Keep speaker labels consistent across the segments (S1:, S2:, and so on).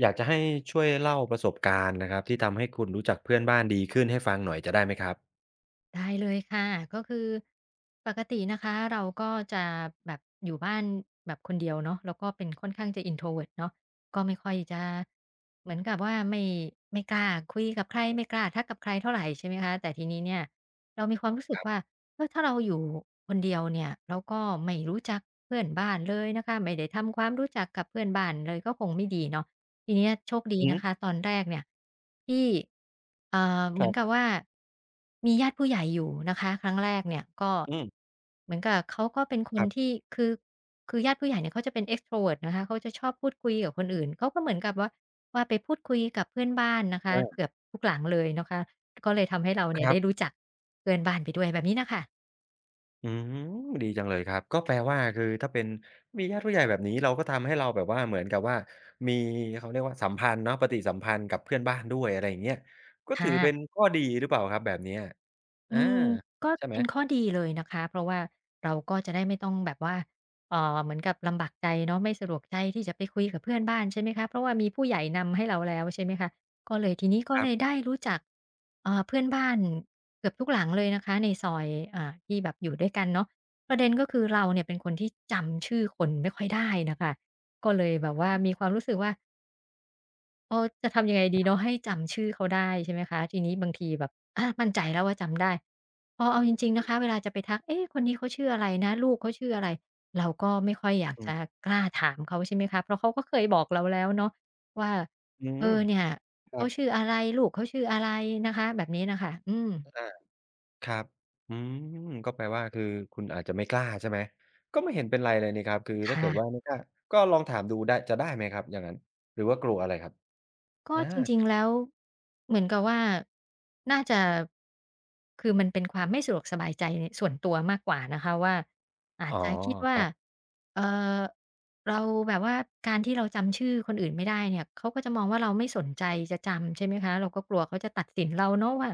S1: อยากจะให้ช่วยเล่าประสบการณ์นะครับที่ทำให้คุณรู้จักเพื่อนบ้านดีขึ้นให้ฟังหน่อยจะได้ไหมครับ
S2: ได้เลยค่ะก็คือปกตินะคะเราก็จะแบบอยู่บ้านแบบคนเดียวเนาะแล้วก็เป็นค่อนข้างจะ introvert เนาะก็ไม่ค่อยจะเหมือนกับว่าไม่กล้าคุยกับใครไม่กล้าทักกับใครเท่าไหรใช่ไหมคะแต่ทีนี้เนี่ยเรามีความรู้สึกว่าเออถ้าเราอยู่คนเดียวเนี่ยแล้วก็ไม่รู้จักเพื่อนบ้านเลยนะคะไม่ได้ทำความรู้จักกับเพื่อนบ้านเลยก็คงไม่ดีเนาะ ทีเนี้ยโชคดี
S1: อือฮึ
S2: นะคะตอนแรกเนี่ยที่เห
S1: ค
S2: มื
S1: รั
S2: อนกับ
S1: บ
S2: ว่ามีญาติผู้ใหญ่อยู่นะคะครั้งแรกเนี่ยก็
S1: อืม
S2: เหมือนกับเขาก็เป็นค
S1: ค
S2: น
S1: รับ
S2: ที่คือคือญาติผู้ใหญ่เนี่ยเขาจะเป็น Extrovert นะคะเขาจะชอบพูดคุยกับคนอื่นเขาก็เหมือนกับว่าไปพูดคุยกับเพื่อนบ้านนะคะ
S1: อา
S2: เกือบทุกหลังเลยนะคะก็เลยทำให้เราเนี่
S1: ค
S2: ย
S1: รั
S2: ได้
S1: บ
S2: รู้จักเพื่อนบ้านไปด้วยแบบนี้น่ะค่ะ
S1: อืมดีจังเลยครับก็แปลว่าคือถ้าเป็นมีญาติผู้ใหญ่แบบนี้เราก็ทำให้เราแบบว่าเหมือนกับว่ามีเขาเรียกว่าสัมพันธ์เนาะปฏิสัมพันธ์กับเพื่อนบ้านด้วยอะไรอย่างเงี้ยก็
S2: ค
S1: ถือเป็น
S2: ่ะ
S1: ข้อดีหรือเปล่าครับแบบเนี้ยอา
S2: อืมก็
S1: ใช่ไหม
S2: เป็นข้อดีเลยนะคะเพราะว่าเราก็จะได้ไม่ต้องแบบว่าเหมือนกับลำบากใจเนาะไม่สะดวกใจที่จะไปคุยกับเพื่อนบ้านใช่ไหมคะเพราะว่ามีผู้ใหญ่นำให้เราแล้วใช่ไหมคะก็เลยทีนี้ก็
S1: ครั
S2: เลย
S1: บ
S2: ได้รู้จักเพื่อนบ้านเกือบทุกหลังเลยนะคะในซอยที่แบบอยู่ด้วยกันเนาะประเด็นก็คือเราเนี่ยเป็นคนที่จำชื่อคนไม่ค่อยได้น่ะค่ะก็เลยแบบว่ามีความรู้สึกว่า เออจะทำยังไงดีเนาะให้จำชื่อเขาได้ใช่ไหมคะทีนี้บางทีแบบมั่นใจแล้วว่าจำได้พอเอาจริงๆนะคะเวลาจะไปทักเอ๊ะคนนี้เขาชื่ออะไรนะลูกเขาชื่ออะไรเราก็ไม่ค่อยอยาก
S1: อื
S2: จะ
S1: ม
S2: กล้าถามเขาใช่ไหมคะเพราะเขาก็เคยบอกเราแล้วเนาะว่า
S1: อื
S2: เอ
S1: ม
S2: อเนี่ย
S1: ครั
S2: เขา
S1: บ
S2: ชื่ออะไรลูกเขาชื่ออะไรนะคะแบบนี้น่ะค่ะอืม
S1: อา ครับอืมก็แปลว่าคือคุณอาจจะไม่กล้าใช่ไหม ก็ไม่เห็นเป็นไรเลยนี่ครับ คือถ้าเกิ
S2: ค่ะ
S1: ดว่าไม่กล้าก็ลองถามดูได้จะได้ไหมครับ อย่างนั้น หรือว่ากลัวอะไรครับ
S2: ก็
S1: อา
S2: จริงๆแล้วเหมือนกับว่าน่าจะคือมันเป็นความไม่สะดวกสบายใจในส่วนตัวมากกว่านะคะว่าอาจ
S1: อ๋อ
S2: จะคิด
S1: ค
S2: ว่า
S1: รับ
S2: เอ่อเราแบบว่าการที่เราจำชื่อคนอื่นไม่ได้เนี่ยเขาก็จะมองว่าเราไม่สนใจจะจำใช่ไหมคะเราก็กลัวเขาจะตัดสินเราเนาะว่า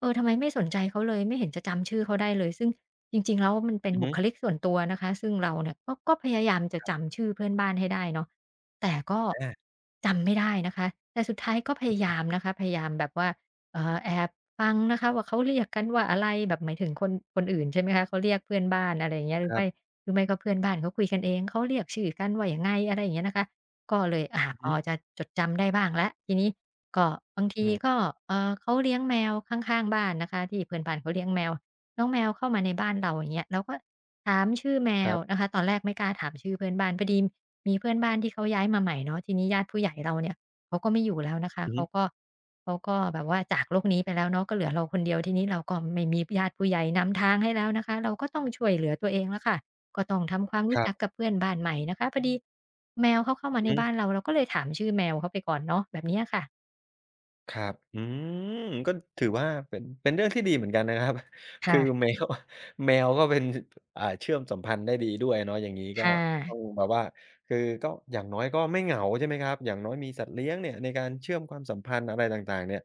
S2: เออทำไมไม่สนใจเขาเลยไม่เห็นจะจำชื่อเขาได้เลยซึ่งจริงๆแล้วมันเป็น
S1: อือ
S2: บุค
S1: ฮึ
S2: ลิกส่วนตัวนะคะซึ่งเราเนี่ยก็พยายามจะจำชื่อเพื่อนบ้านให้ได้เนาะ แต่ก็
S1: อา
S2: จำไม่ได้นะคะแต่สุดท้ายก็พ
S1: อือ
S2: ยา
S1: ฮึ
S2: ยามนะคะพยายามแบบว่าแอบฟังนะคะว่าเขาเรียกกันว่าอะไรแบบหมายถึงคนคนอื่นใช่ไหมคะเขาเรียกเพื่อนบ้านอะไรอย่างเงี้ยหรื
S1: ค
S2: อ
S1: รั
S2: ไม่
S1: บ
S2: หรือไม่ก็เพื่อนบ้านเขาคุยกันเองเขาเรียกชื่อกันว่ายังไงอะไรอย่างเงี้ยนะคะก็เลยอา
S1: อือ
S2: พ
S1: ฮึ
S2: อจะจดจำได้บ้างแล้วทีนี้ก็บาง
S1: อื
S2: ทีก็
S1: ม
S2: เขาเลี้ยงแมวข้างๆบ้านนะคะที่เพื่อนบ้านเขาเลี้ยงแมว น้องแมวเข้ามาในบ้านเราอย่างเงี้ยเราก็ถามชื่อแม
S1: ค
S2: ว
S1: รับ
S2: นะคะตอนแรกไม่กล้าถามชื่อเพื่อนบ้านพอดีมีเพื่อนบ้านที่เขาย้ายมาใหม่เนาะทีนี้ญาติผู้ใหญ่เราเนี่ยเขาก็ไม่อยู่แล้วนะคะ
S1: อือฮึ
S2: เขาก็แบบว่าจากโลกนี้ไปแล้วเนาะก็เหลือเราคนเดียวทีนี้เราก็ไม่มีญาติผู้ใหญ่นำทางให้แล้วนะคะเราก็ต้องช่วยเหลือตัวเองแล้วค่ะก็ต้องทำความ
S1: ค
S2: รู้
S1: รั
S2: จัก
S1: บ
S2: กับเพื่อนบ้านใหม่นะคะพอดีแมวเขาเข้ามาใน
S1: อื
S2: บ้าน
S1: ม
S2: เราเราก็เลยถามชื่อแมวเขาไปก่อนเนาะแบบเนี้ยค่ะ
S1: ครับอืมก็ถือว่าเป็นเป็นเรื่องที่ดีเหมือนกันนะครับ คือ
S2: ค่ะ
S1: แมว แมวก็เป็นอ่าเชื่อมสัมพันธ์ได้ดีด้วยเนาะอย่างนี้ก็
S2: ค่ะ
S1: ต้องแบบว่าคือก็อย่างน้อยก็ไม่เหงาใช่ไหมครับอย่างน้อยมีสัตว์เลี้ยงเนี่ยในการเชื่อมความสัมพันธ์อะไรต่างๆเนี่ย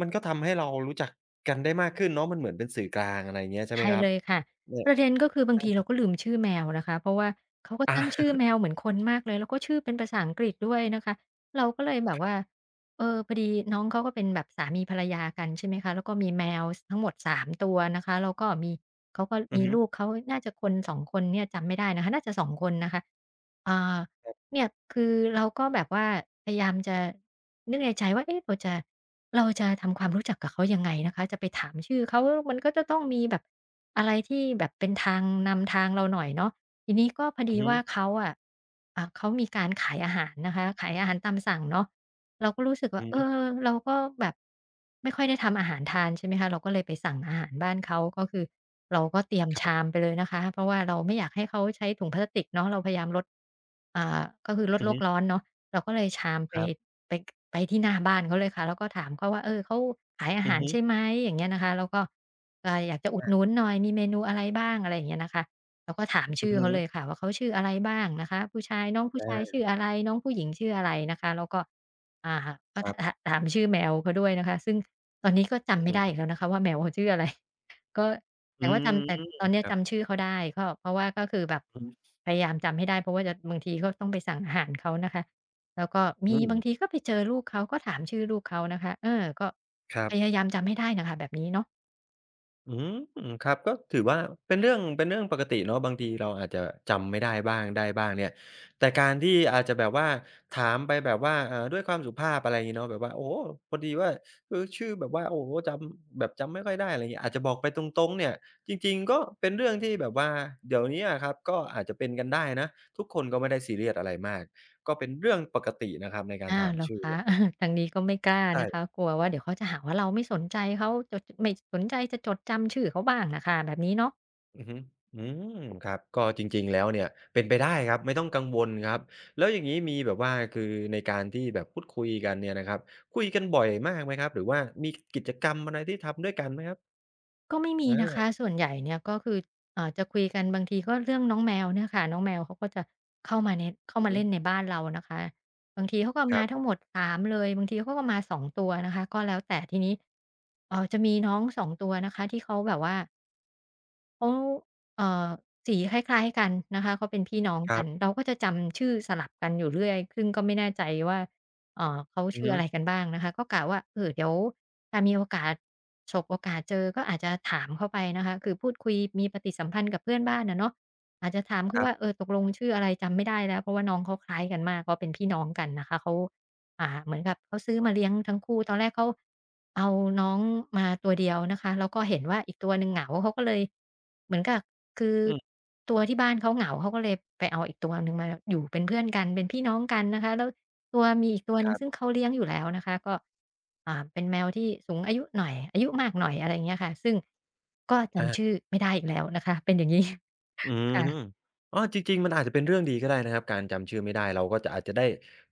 S1: มันก็ทำให้เรารู้จักกันได้มากขึ้นเนาะมันเหมือนเป็นสื่อกลางอะไร่าเงี้ยใช่ไหม
S2: ใช่
S1: ครั
S2: เล
S1: บ
S2: ยค่ะ
S1: เนี่
S2: ป
S1: ย
S2: ระเด็นก็คือบางทีเราก็ลืมชื่อแมวนะคะเพราะว่าเขาก็
S1: อา
S2: ตั้งชื่อแมวเหมือนคนมากเลยแล้วก็ชื่อเป็นภาษาอังกฤษด้วยนะคะเราก็เลยแบบว่าเออพอดีน้องเขาก็เป็นแบบสามีภรรยากันใช่ไหมคะแล้วก็มีแมวทั้งหมดสามตัวนะคะแล้วก็มีเขาก็
S1: อื
S2: มี
S1: อฮึ
S2: ลูกเขาน่าจะคนสองคนเนี่ยจำไม่ได้นะคะน่าจะสองคนนะคะอ่าเนี่ยคือเราก็แบบว่าพยายามจะนึกในใจว่าเอ๊ะเราจะ เราจะทำความรู้จักกับเขายังไงนะคะจะไปถามชื่อเขามันก็จะต้องมีแบบอะไรที่แบบเป็นทางนำทางเราหน่อยเนาะทีนี้ก็พอ
S1: อื
S2: ดี
S1: อฮึ
S2: ว่าเขาอะเขามีการขายอาหารนะคะขายอาหารตามสั่งเนาะเราก็รู้สึกว่า
S1: อือ
S2: เอ
S1: ฮึ
S2: อเราก็แบบไม่ค่อยได้ทำอาหารทานใช่ไหมคะเราก็เลยไปสั่งอาหารบ้านเขาก็คือเราก็เตรียม
S1: ครั
S2: ชาม
S1: บ
S2: ไปเลยนะคะเพราะว่าเราไม่อยากให้เขาใช้ถุงพลาสติกเนาะเราพยายามลดอ่าก็คือลด
S1: อือ
S2: โล
S1: ฮึ
S2: กร้อนเนาะ เราก็เลยชามไป
S1: ครับ
S2: ไปไปที่หน้าบ้านเขาเลยค่ะแล้วก็ถามเขาว่าเออเขาขายอา
S1: อือ
S2: หาร
S1: ฮึ
S2: ใช่ไหมอย่างเงี้ยนะคะแล้วก็อยากจะอุด
S1: อา
S2: หนุนหน่อยมีเมนูอะไรบ้างอะไรอย่างเงี้ยนะคะเราก็ถาม
S1: อื
S2: ชื่
S1: อ
S2: อ
S1: ฮึ
S2: เขาเลยค่ะว่าเขาชื่ออะไรบ้างนะคะผู้ชายน้อง
S1: อ
S2: ผู้ชาย
S1: า
S2: ชื่ออะไรน้องผู้หญิงชื่ออะไรนะคะแล้วก็อ่าก็
S1: ครับ
S2: ถามชื่อแมวเขาด้วยนะคะซึ่งตอนนี้ก็จำไม่
S1: อื
S2: ได้อีก
S1: ม
S2: แล้วนะคะว่าแมวเขาชื่ออะไร ก็
S1: อื
S2: แต่ว่า
S1: ม
S2: จำแต่ตอนเนี้ย
S1: ครับ
S2: จำชื่อเขาได้ก็เพราะว่าก็คือแบบ
S1: อือ
S2: พยายามจำให้ได้เพราะว่าจะบางทีก็ต้องไปสั่งอาหารเขานะคะ แล้วก็
S1: อื
S2: มี
S1: ม
S2: บางทีก็ไปเจอลูกเขาก็ถามชื่อลูกเขานะคะเออก็
S1: ครั
S2: พยา
S1: บ
S2: ยามจำให้ได้น่ะค่ะแบบนี้เนาะ
S1: อืมครับก็ถือว่าเป็นเรื่องเป็นเรื่องปกติเนาะบางทีเราอาจจะจำไม่ได้บ้างได้บ้างเนี่ยแต่การที่อาจจะแบบว่าถามไปแบบว่าด้วยความสุภาพอะไรงี้เนาะแบบว่าโอ้โฮพอดีว่าเออชื่อแบบว่าโอ้โฮจำแบบจำไม่ค่อยได้อะไรงี้อาจจะบอกไปตรงๆเนี่ยจริงๆก็เป็นเรื่องที่แบบว่าเดี๋ยวเนี้ยอะครับก็อาจจะเป็นกันได้นะทุกคนก็ไม่ได้ซีเรียสอะไรมากก็เป็นเรื่องปกตินะครับในการ
S2: อา
S1: ถาม
S2: เหรอ
S1: ชื่อ
S2: คะ
S1: เนี่ย
S2: เออ ทางนี้ก็ไม่กล้านะคะ
S1: ใช่
S2: กลัวว่าเดี๋ยวเขาจะหาว่าเราไม่สนใจเขาจดไม่สนใจจะจดจำชื่อเขาบ้างน่ะค่ะแบบนี้เนาะ
S1: อือฮึอืมครับก็จริงๆแล้วเนี่ยเป็นไปได้ครับไม่ต้องกังวลครับแล้วอย่างงี้มีแบบว่าคือในการที่แบบพูดคุยกันเนี่ยนะครับคุยกันบ่อยมากไหมครับหรือว่ามีกิจกรรมอะไรที่ทำด้วยกันไหมครับ
S2: ก็ไม่มีนะ
S1: อา
S2: คะส่วนใหญ่เนี่ยก็คือจะคุยกันบางทีก็เรื่องน้องแมวเนี่ยค่ะน้องแมวเขาก็จะเข้ามาในเข้า
S1: อือ
S2: มา
S1: ฮึ
S2: เล่นในบ้านเรานะคะบางทีเขาก็
S1: ค
S2: มา
S1: ร
S2: ทั้งหมดสามเลยบางทีเขาก็มาสองตัวนะคะก็แล้วแต่ทีนี้จะมีน้องสองตัวนะคะที่เขาแบบว่า เขาเอ่อสีคล้ายๆกันนะคะเขาเป็นพี่น้อง
S1: ั
S2: กั
S1: บ
S2: น
S1: ๆ
S2: เราก็จะจำชื่อสลับกันอยู่เรื่อยซึ่งก็ไม่แน่ใจว่าเขา
S1: อือ
S2: ชื่อ
S1: ฮึ
S2: อะไรกันบ้างนะคะก็กะว่าเออเดี๋ยวถ้ามีโอกาสฉกโอกาสเจอก็อาจจะถามเขาไปนะคะคือพูดคุยมีปฏิสัมพันธ์กับเพื่อนบ้านอะเนาะอาจจะถาม
S1: ค
S2: เขา
S1: รับ
S2: ว่าเออตกลงชื่ออะไรจำไม่ได้แล้วเพราะว่าน้องเขาคล้ายกันมากเขาเป็นพี่น้องกันนะคะเขา เหมือนกับเขาซื้อมาเลี้ยงทั้งคู่ตอนแรกเขาเอาน้องมาตัวเดียวนะคะแล้วก็เห็นว่าอีกตัวหนึ่งเหงาเขาก็เลยเหมือนกับคือ
S1: อืม
S2: ตัวที่บ้านเขาเหงาเขาก็เลยไปเอาอีกตัวหนึ่งมาอยู่เป็นเพื่อนกันเป็นพี่น้องกันนะคะแล้วมีอีกตัวห
S1: ค
S2: นึ่ง
S1: รั
S2: ซึ่ง
S1: บ
S2: เขาเลี้ยงอยู่แล้วนะคะก็เป็นแมวที่สูงอายุหน่อยอายุมากหน่อยอะไรอย่างเงี้ยค่ะซึ่งก็จำชื่อไม่ได้อีกแล้วนะคะเป็นอย่างงี้
S1: อืม
S2: ค่ะ
S1: อ๋อจริงๆมันอาจจะเป็นเรื่องดีก็ได้นะครับการจำชื่อไม่ได้เราก็จะอาจจะได้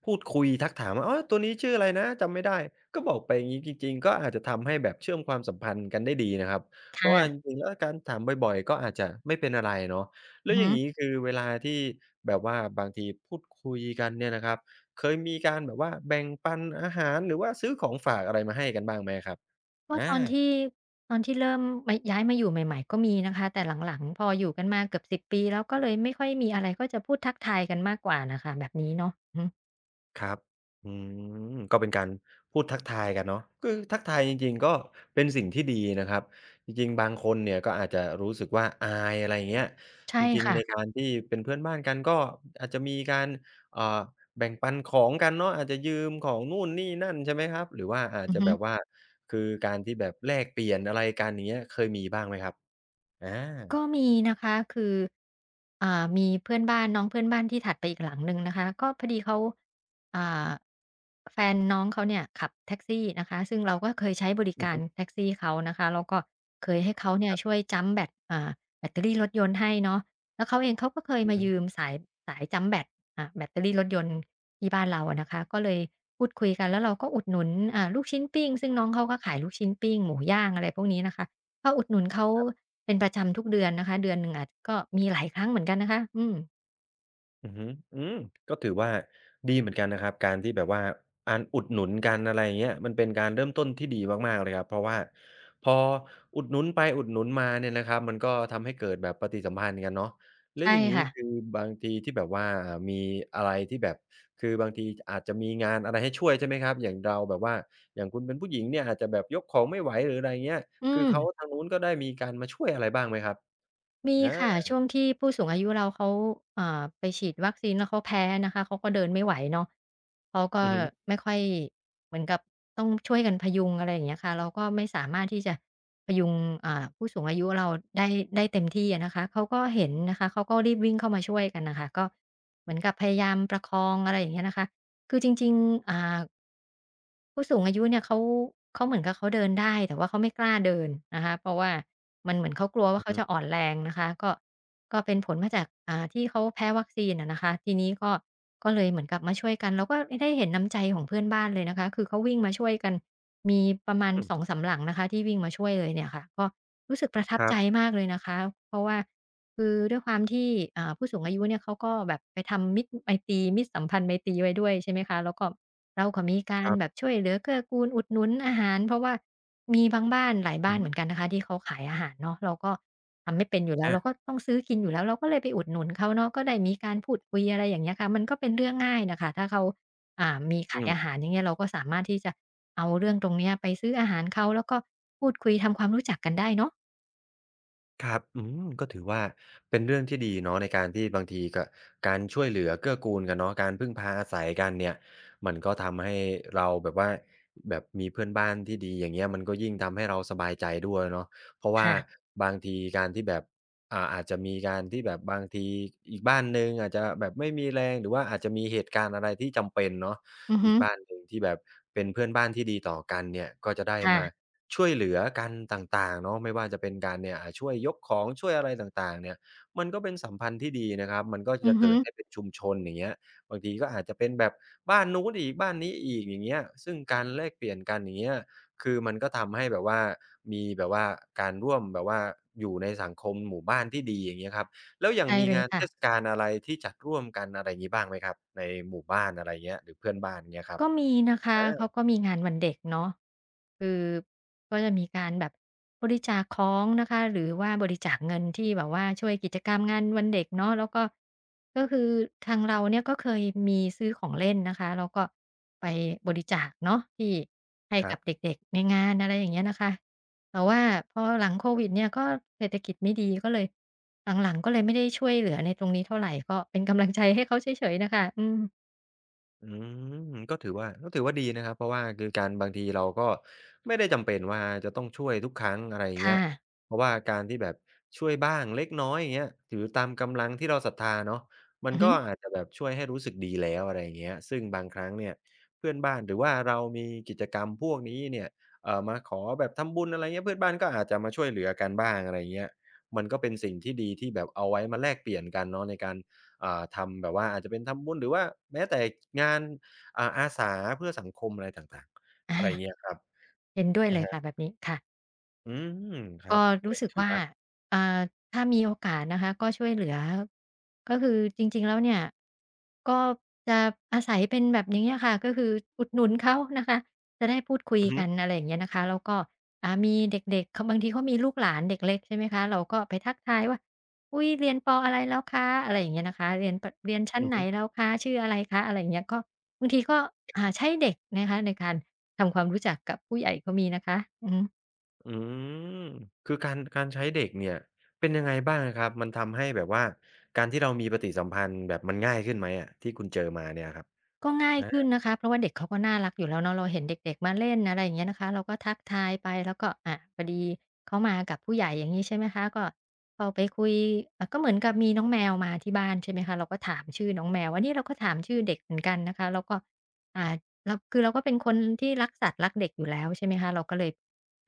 S1: พูดคุยทักถามว่าอ๋อตัวนี้ชื่ออะไรนะจำไม่ได้ก็บอกไปอย่างงี้จริงๆก็อาจจะทำให้แบบเชื่อมความสัมพันธ์กันได้ดีนะครับ
S2: ค
S1: เพราะว่าจ
S2: ่ะ
S1: ริงๆแล้วการถามบ่อยๆก็อาจจะไม่เป็นอะไรเนาะแล้
S2: อื
S1: ว
S2: อ
S1: อ
S2: ฮึ
S1: ย่างงี้คือเวลาที่แบบว่าบางทีพูดคุยกันเนี่ยนะครับเคยมีการแบบว่าแบ่งปันอาหารหรือว่าซื้อของฝากอะไรมาให้กันบ้างไหมครับ
S2: ก็
S1: อา
S2: ตอนที่ตอนที่เริ่มมาย้ายมาอยู่ใหม่ๆก็มีนะคะแต่หลังๆพออยู่กันมาเกือบ10ปีแล้วก็เลยไม่ค่อยมีอะไรก็จะพูดทักทายกันมากกว่าน่ะค่ะแบบนี้เนาะอือฮึ
S1: ครับอืมก็เป็นการพูดทักทายกันเนาะคือทักทายจริงๆก็เป็นสิ่งที่ดีนะครับจริงๆบางคนเนี่ยก็อาจจะรู้สึกว่าอายอะไรอย่างเงี้ย
S2: ใช่
S1: จริง
S2: ค่ะ
S1: ๆในการที่เป็นเพื่อนบ้านกันก็อาจจะมีการเอ่อแบ่งปันของกันเนาะอาจจะยืมของนู่นนี่นั่นใช่ไหมครับ หรือว่าอาจ
S2: อือ
S1: จะ
S2: ฮึ
S1: แบบว่าคือการที่แบบแลกเปลี่ยนอะไรกันอย่างเงี้ยเคยมีบ้างไหมครับอา
S2: ก็มีนะคะคือมีเพื่อนบ้านน้องเพื่อนบ้านที่ถัดไปอีกหลังหนึ่งนะคะก็พอดีเขาอ่าแฟนน้องเขาเนี่ยขับแท็กซี่นะคะซึ่งเราก็เคยใช้บริ
S1: อือ
S2: การ
S1: ฮึ
S2: แท็กซี่เขานะคะแล้วก็เคยให้เขาเนี่ยช่วยจัมป์แบตแบตเตอรี่รถยนต์ให้เนาะแล้วเขาเองเขาก็เคย
S1: อือ
S2: มา
S1: ฮึ
S2: ยืมสายจัมป์แบตแบตเตอรี่รถยนต์ที่บ้านเราอะนะคะก็เลยพูดคุยกันแล้วเราก็อุดหนุนลูกชิ้นปิ้งซึ่งน้องเขาก็ขายลูกชิ้นปิ้งหมูย่างอะไรพวกนี้นะคะ ก็อุดหนุนเขาเป็นประจำทุกเดือนนะคะเดือนหนึ่งอาจก็มีหลายครั้งเหมือนกันนะคะอืม
S1: อือฮึอืมก็ถือว่าดีเหมือนกันนะครับการที่แบบว่าการอุดหนุนกันอะไรอย่างเงี้ยมันเป็นการเริ่มต้นที่ดีมากๆเลยครับเพราะว่าพออุดหนุนไปอุดหนุนมาเนี่ยนะครับมันก็ทำให้เกิดแบบปฏิสัมพันธ์กันเนาะแล้ว
S2: ใช่
S1: อย่างงี้
S2: ค่ะ
S1: คือบางทีที่แบบว่าอ่ามีอะไรที่แบบคือบางทีอาจจะมีงานอะไรให้ช่วยใช่ไหมครับอย่างเราแบบว่าอย่างคุณเป็นผู้หญิงเนี่ยอาจจะแบบยกของไม่ไหวหรืออะไรอย่างเงี้ย
S2: อื
S1: คือ
S2: ม
S1: เขาทางนู้นก็ได้มีการมาช่วยอะไรบ้างไหมครับ
S2: มี
S1: อา
S2: ค่ะช่วงที่ผู้สูงอายุเราเขาไปฉีดวัคซีนแล้วเขาแพ้นะคะเขาก็เดินไม่ไหวเนาะเขาก็
S1: อือฮึ
S2: ไม่ค่อยเหมือนกับต้องช่วยกันพยุงอะไรอย่างเงี้ยค่ะเราก็ไม่สามารถที่จะพยุงผู้สูงอายุเราได้ได้เต็มที่อะนะคะเขาก็เห็นนะคะเขาก็รีบวิ่งเข้ามาช่วยกันน่ะค่ะก็เหมือนกับพยายามประคองอะไรอย่างเงี้ยนะคะคือจริงๆผู้สูงอายุเนี่ยเขาเหมือนกับเขาเดินได้แต่ว่าเขาไม่กล้าเดินนะคะเพราะว่ามันเหมือนเขากลัว
S1: ๆอื
S2: ว่าเขา
S1: ม
S2: จะอ่อนแรงนะคะก็เป็นผลมาจากที่เขาแพ้วัคซีนอะนะคะทีนี้ก็เลยเหมือนกับมาช่วยกันเราก็ได้เห็นน้ำใจของเพื่อนบ้านเลยนะคะคือเขาวิ่งมาช่วยกันมีประมาณสองสามหลังนะคะที่วิ่งมาช่วยเลยเนี่ยค่ะก็รู้สึกประทั
S1: ค
S2: บ
S1: รั
S2: ใจ
S1: บๆ
S2: มากเลยนะคะเพราะว่าคือด้วยความที่ผู้สูงอายุเนี่ยเขาก็แบบไปทำมิตรไมตรีมิตรสัมพันธ์ไมตรีไว้ด้วยใช่ไหมคะแล้วก็ เราก็มีการแบบช่วยเหลือเกื้อกูลอุดหนุนอาหารเพราะว่ามีบางบ้านหลาย
S1: อื
S2: บ้า
S1: อ
S2: นเห
S1: ฮึ
S2: มือนกันนะคะที่เขาขายอาหารเนาะเราก็ทำไม่เป็นอยู่แล้วเราก็
S1: อา
S2: ต้องซื้อกินอยู่แล้วเราก็เลยไปอุดหนุนเขาเนาะก็ได้มีการพูดคุยอะไรอย่างเงี้ยค่ะมันก็เป็นเรื่องง่ายน่ะค่ะถ้าเขาอ่ามี
S1: อื
S2: ขายอาหา
S1: ม
S2: รอย่างเงี้ยเราก็สามารถที่จะเอาเรื่องตรงเนี้ยไปซื้ออาหารเขาแล้วก็พูดคุยทำความรู้จักกันได้เนาะ
S1: ครับอืมก็ถือว่าเป็นเรื่องที่ดีเนาะในการที่บางทีก็การช่วยเหลือเกื้อกูลกันเนาะการพึ่งพาอาศัยกันเนี่ยมันก็ทำให้เราแบบว่าแบบมีเพื่อนบ้านที่ดีอย่างเงี้ยมันก็ยิ่งทำให้เราสบายใจด้วยเนาะเพราะว่า
S2: ค่ะ
S1: บางทีการที่แบบอาจจะมีการที่แบบบางทีอีกบ้านหนึ่งอาจจะแบบไม่มีแรงหรือว่าอาจจะมีเหตุการณ์อะไรที่จำเป็นเนาะ
S2: อือ
S1: อี
S2: ฮึ
S1: กบ้านหนึ่งที่แบบเป็นเพื่อนบ้านที่ดีต่อกันเนี่ยก็จะได้มา
S2: ค่ะ
S1: ช่วยเหลือกันต่างๆเนาะไม่ว่าจะเป็นการเนี่ยช่วยยกของช่วยอะไรต่างๆเนี่ยมันก็เป็นสัมพันธ์ที่ดีนะครับมันก็
S2: อื
S1: จะ
S2: อฮึ
S1: เกิดให้เป็นชุมชนอย่างเงี้ยบางทีก็อาจจะเป็นแบบบ้านนู้นอีกบ้านนี้อีกอย่างเงี้ยซึ่งการแลกเปลี่ยนกันอย่างเงี้ยคือมันก็ทำให้แบบว่ามีแบบว่าการร่วมแบบว่าอยู่ในสังคมหมู่บ้านที่ดีอย่างเงี้ยครับแล้วอย่าง
S2: ใช่
S1: มี
S2: เลย
S1: งานเทศ
S2: ค่ะ
S1: กาลอะไรที่จัดร่วมกันอะไรงี้บ้างไหมครับในหมู่บ้านอะไรเงี้ยหรือเพื่อนบ้านเงี้ยครับ
S2: ก็มีนะคะ
S1: อา
S2: เขาก็มีงานวันเด็กเนาะคือก็จะมีการแบบบริจาคของนะคะหรือว่าบริจาคเงินที่แบบว่าช่วยกิจกรรมงานวันเด็กเนาะแล้วก็ก็คือทางเราเนี่ยก็เคยมีซื้อของเล่นนะคะแล้วก็ไปบริจาคเนาะที่ให้
S1: ครั
S2: กับ
S1: บ
S2: เด็กๆในงานอะไรอย่างเงี้ยนะคะแต่ว่าพอหลังโควิดเนี่ยก็เศรษฐกิจไม่ดีก็เลยหลังๆก็เลยไม่ได้ช่วยเหลือในตรงนี้เท่าไรก็เป็นกำลังใจให้เขาเฉยๆน่ะค่ะอืม
S1: อืมก็ถือว่าก็ถือว่าดีนะครับเพราะว่าคือการบางทีเราก็ไม่ได้จำเป็นว่าจะต้องช่วยทุกครั้งอะไรอย่างเงี้
S2: ค่ะ
S1: ยเพราะว่าการที่แบบช่วยบ้างเล็กน้อยอย่างเงี้ยถือตามกำลังที่เราศรัทธาเนาะมั
S2: อื
S1: น
S2: อฮึ
S1: ก็อาจจะแบบช่วยให้รู้สึกดีแล้วอะไรอย่างเงี้ยซึ่งบางครั้งเนี่ยเพื่อนบ้านหรือว่าเรามีกิจกรรมพวกนี้เนี่ยมาขอแบบทำบุญอะไรเงี้ยเพื่อนบ้านก็อาจจะมาช่วยเหลือกันบ้างอะไรอย่างเงี้ยมันก็เป็นสิ่งที่ดีที่แบบเอาไว้มาแลกเปลี่ยนกันเนาะในการ ทำแบบว่าอาจจะเป็นทำบุญหรือว่าแม้แต่งานอาสาเพื่อสังคมอะไรต่างๆอะ
S2: อา
S1: ไรอย่างเงี้ยครับ
S2: เห็นด้วย
S1: อะ
S2: เลย
S1: ฮะ
S2: ค่ะแบบนี้ค่ะ
S1: อืมครั
S2: ก็
S1: บก็
S2: รู้สึก
S1: ถือ
S2: ว่า
S1: ว่า
S2: เอ่อถ้ามีโอกาสนะคะก็ช่วยเหลือก็คือจริงๆแล้วเนี่ยก็จะอาศัยเป็นแบบอย่างเงี้ยค่ะก็คืออุดหนุนเขานะคะจะได้พูดคุย
S1: อือฮึ
S2: กันอะไรอย่างเงี้ยนะคะแล้วก็มีเด็กๆเขาบางทีเขามีลูกหลานเด็กเล็กใช่ไหมคะเราก็ไปทักทายว่าอุ้ยเรียนปออะไรแล้วคะอะไรอย่างเงี้ยนะคะเรียนปเรียนชั้น
S1: อือ
S2: ไหน
S1: ฮึ
S2: แล้วคะชื่ออะไรคะอะไรอย่างเงี้ยก็บางทีก็ใช้เด็กนะคะในการทำความรู้จักกับผู้ใหญ่ก็มีนะคะอือ
S1: อืมคือการการใช้เด็กเนี่ยเป็นยังไงบ้างอะครับมันทำให้แบบว่าการที่เรามีปฏิสัมพันธ์แบบมันง่ายขึ้นไหมอะที่คุณเจอมาเนี่ยครับ
S2: ก็ง่ายขึ้นนะคะเพราะว่าเด็กเขาก็น่ารักอยู่แล้วเนาะเราเห็นเด็กๆมาเล่นอะไรอย่างเงี้ยนะคะเราก็ทักทายไปแล้วก็อะพอดีเขามากับผู้ใหญ่อย่างงี้ใช่ไหมคะก็เข้าไปคุยก็เหมือนกับมีน้องแมวมาที่บ้านใช่ไหมคะเราก็ถามชื่อน้องแมวอันนี้เราก็ถามชื่อเด็กเหมือนกันนะคะแล้วก็อ่าเราคือเราก็เป็นคนที่รักสัตว์รักเด็กอยู่แล้วใช่ไหมคะเราก็เลย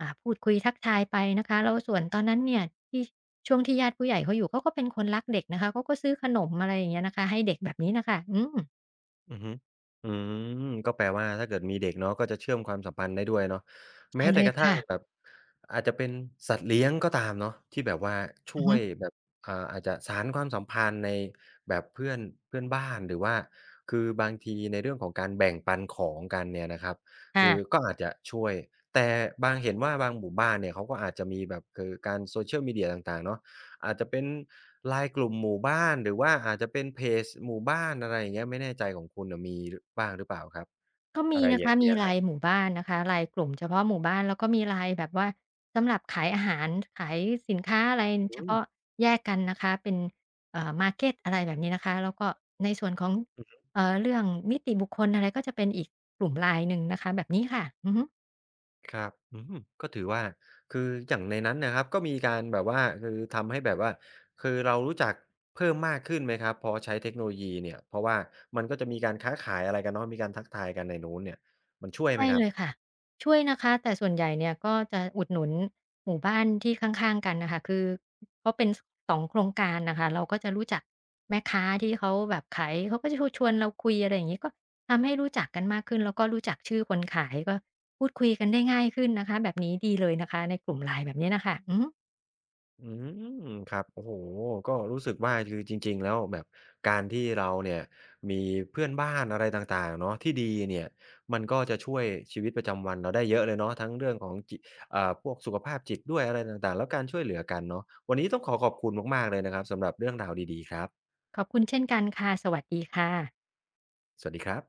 S2: พูดคุยทักทายไปนะคะแล้วส่วนตอนนั้นเนี่ยที่ช่วงที่ญาติผู้ใหญ่เขาอยู่เขาก็เป็นคนรักเด็กนะคะเขาก็ซื้อขนมอะไรอย่างเงี้ยนะคะให้เด็กแบบนี้น่ะค่ะอืม
S1: อือฮึอืมก็แปลว่าถ้าเกิดมีเด็กเนาะก็จะเชื่อมความสัมพันธ์ได้ด้วยเนาะ
S2: ใช่
S1: แม้
S2: เล
S1: แต่
S2: ย
S1: กระทั่
S2: ค่ะ
S1: งแบบอาจจะเป็นสัตว์เลี้ยงก็ตามเนาะที่แบบว่า
S2: อือ
S1: ช่ว
S2: ฮึ
S1: ยแบบอาจจะสานความสัมพันธ์ในแบบเพื่อนเพื่อนบ้านหรือว่าคือบางทีในเรื่องของการแบ่งปันของกันเนี่ยนะครับคือ
S2: ค่ะ
S1: ก็อาจจะช่วยแต่บางเห็นว่าบางหมู่บ้านเนี่ยเขาก็อาจจะมีแบบคือการ Social Media ต่างๆเนาะ อาจจะเป็นไลน์กลุ่มหมู่บ้านหรือว่าอาจจะเป็นเพจหมู่บ้านอะไรอย่างเงี้ยไม่แน่ใจของคุณน่ะมีบ้างหรือเปล่าครับ
S2: ก็มี
S1: อะไร
S2: นะ
S1: อย่า
S2: คะ
S1: งเงี้
S2: มี
S1: ย
S2: ไล
S1: ครับ
S2: น์หมู่บ้านนะคะไลน์กลุ่มเฉพาะหมู่บ้าน แล้วก็มีไลน์แบบว่าสำหรับขายอาหาร ขายสินค้าอะไรเฉ
S1: อืม
S2: พาะแยกกันนะคะเป็นมาร์เกตอะไรแบบนี้นะคะแล้วก็ในส่วนของเรื่องนิติบุคคลอะไรก็จะเป็นอีกกลุ่มไลน์หนึ่งนะคะแบบนี้ค่ะอือฮึ
S1: ครับอืมก็ถือว่าคืออย่างในนั้นนะครับก็มีการแบบว่าคือทำให้แบบว่าคือเรารู้จักเพิ่มมากขึ้นไหมครับพอใช้เทคโนโลยีเนี่ยเพราะว่ามันก็จะมีการค้าขายอะไรกันเนาะมีการทักทายกันในนู้นเนี่ยมันช่วยไห
S2: ใช่
S1: มครั
S2: เล
S1: บ
S2: ยค่ะช่วยนะคะแต่ส่วนใหญ่เนี่ยก็จะอุดหนุนหมู่บ้านที่ข้างๆกันน่ะค่ะคือเขาเป็นสสองโครงการน่ะค่ะเราก็จะรู้จักแม่ค้าที่เขาแบบขายเขาก็จะชวนๆเราคุยอะไรอย่างงี้ก็ทำให้รู้จักกันมากขึ้นแล้วก็รู้จักชื่อคนขายก็พูดคุยกันได้ง่ายขึ้นนะคะแบบนี้ดีเลยนะคะในกลุ่ม LINE แบบนี้น่ะค่ะอือฮึ
S1: อืมครับโอ้โฮก็รู้สึกว่าคือจริงๆแล้วแบบการที่เราเนี่ยมีเพื่อนบ้านอะไรต่างๆเนาะที่ดีเนี่ยมันก็จะช่วยชีวิตประจำวันเราได้เยอะเลยเนาะทั้งเรื่องของจิพวกสุขภาพจิตด้วยอะไรต่างๆแล้วการช่วยเหลือกันเนาะวันนี้ต้องขอขอบคุณมากๆเลยนะครับสำหรับเรื่องราวดีๆครับ
S2: ขอบคุณเช่นกันค่ะสวัสดีค่ะ
S1: สวัสดีครับ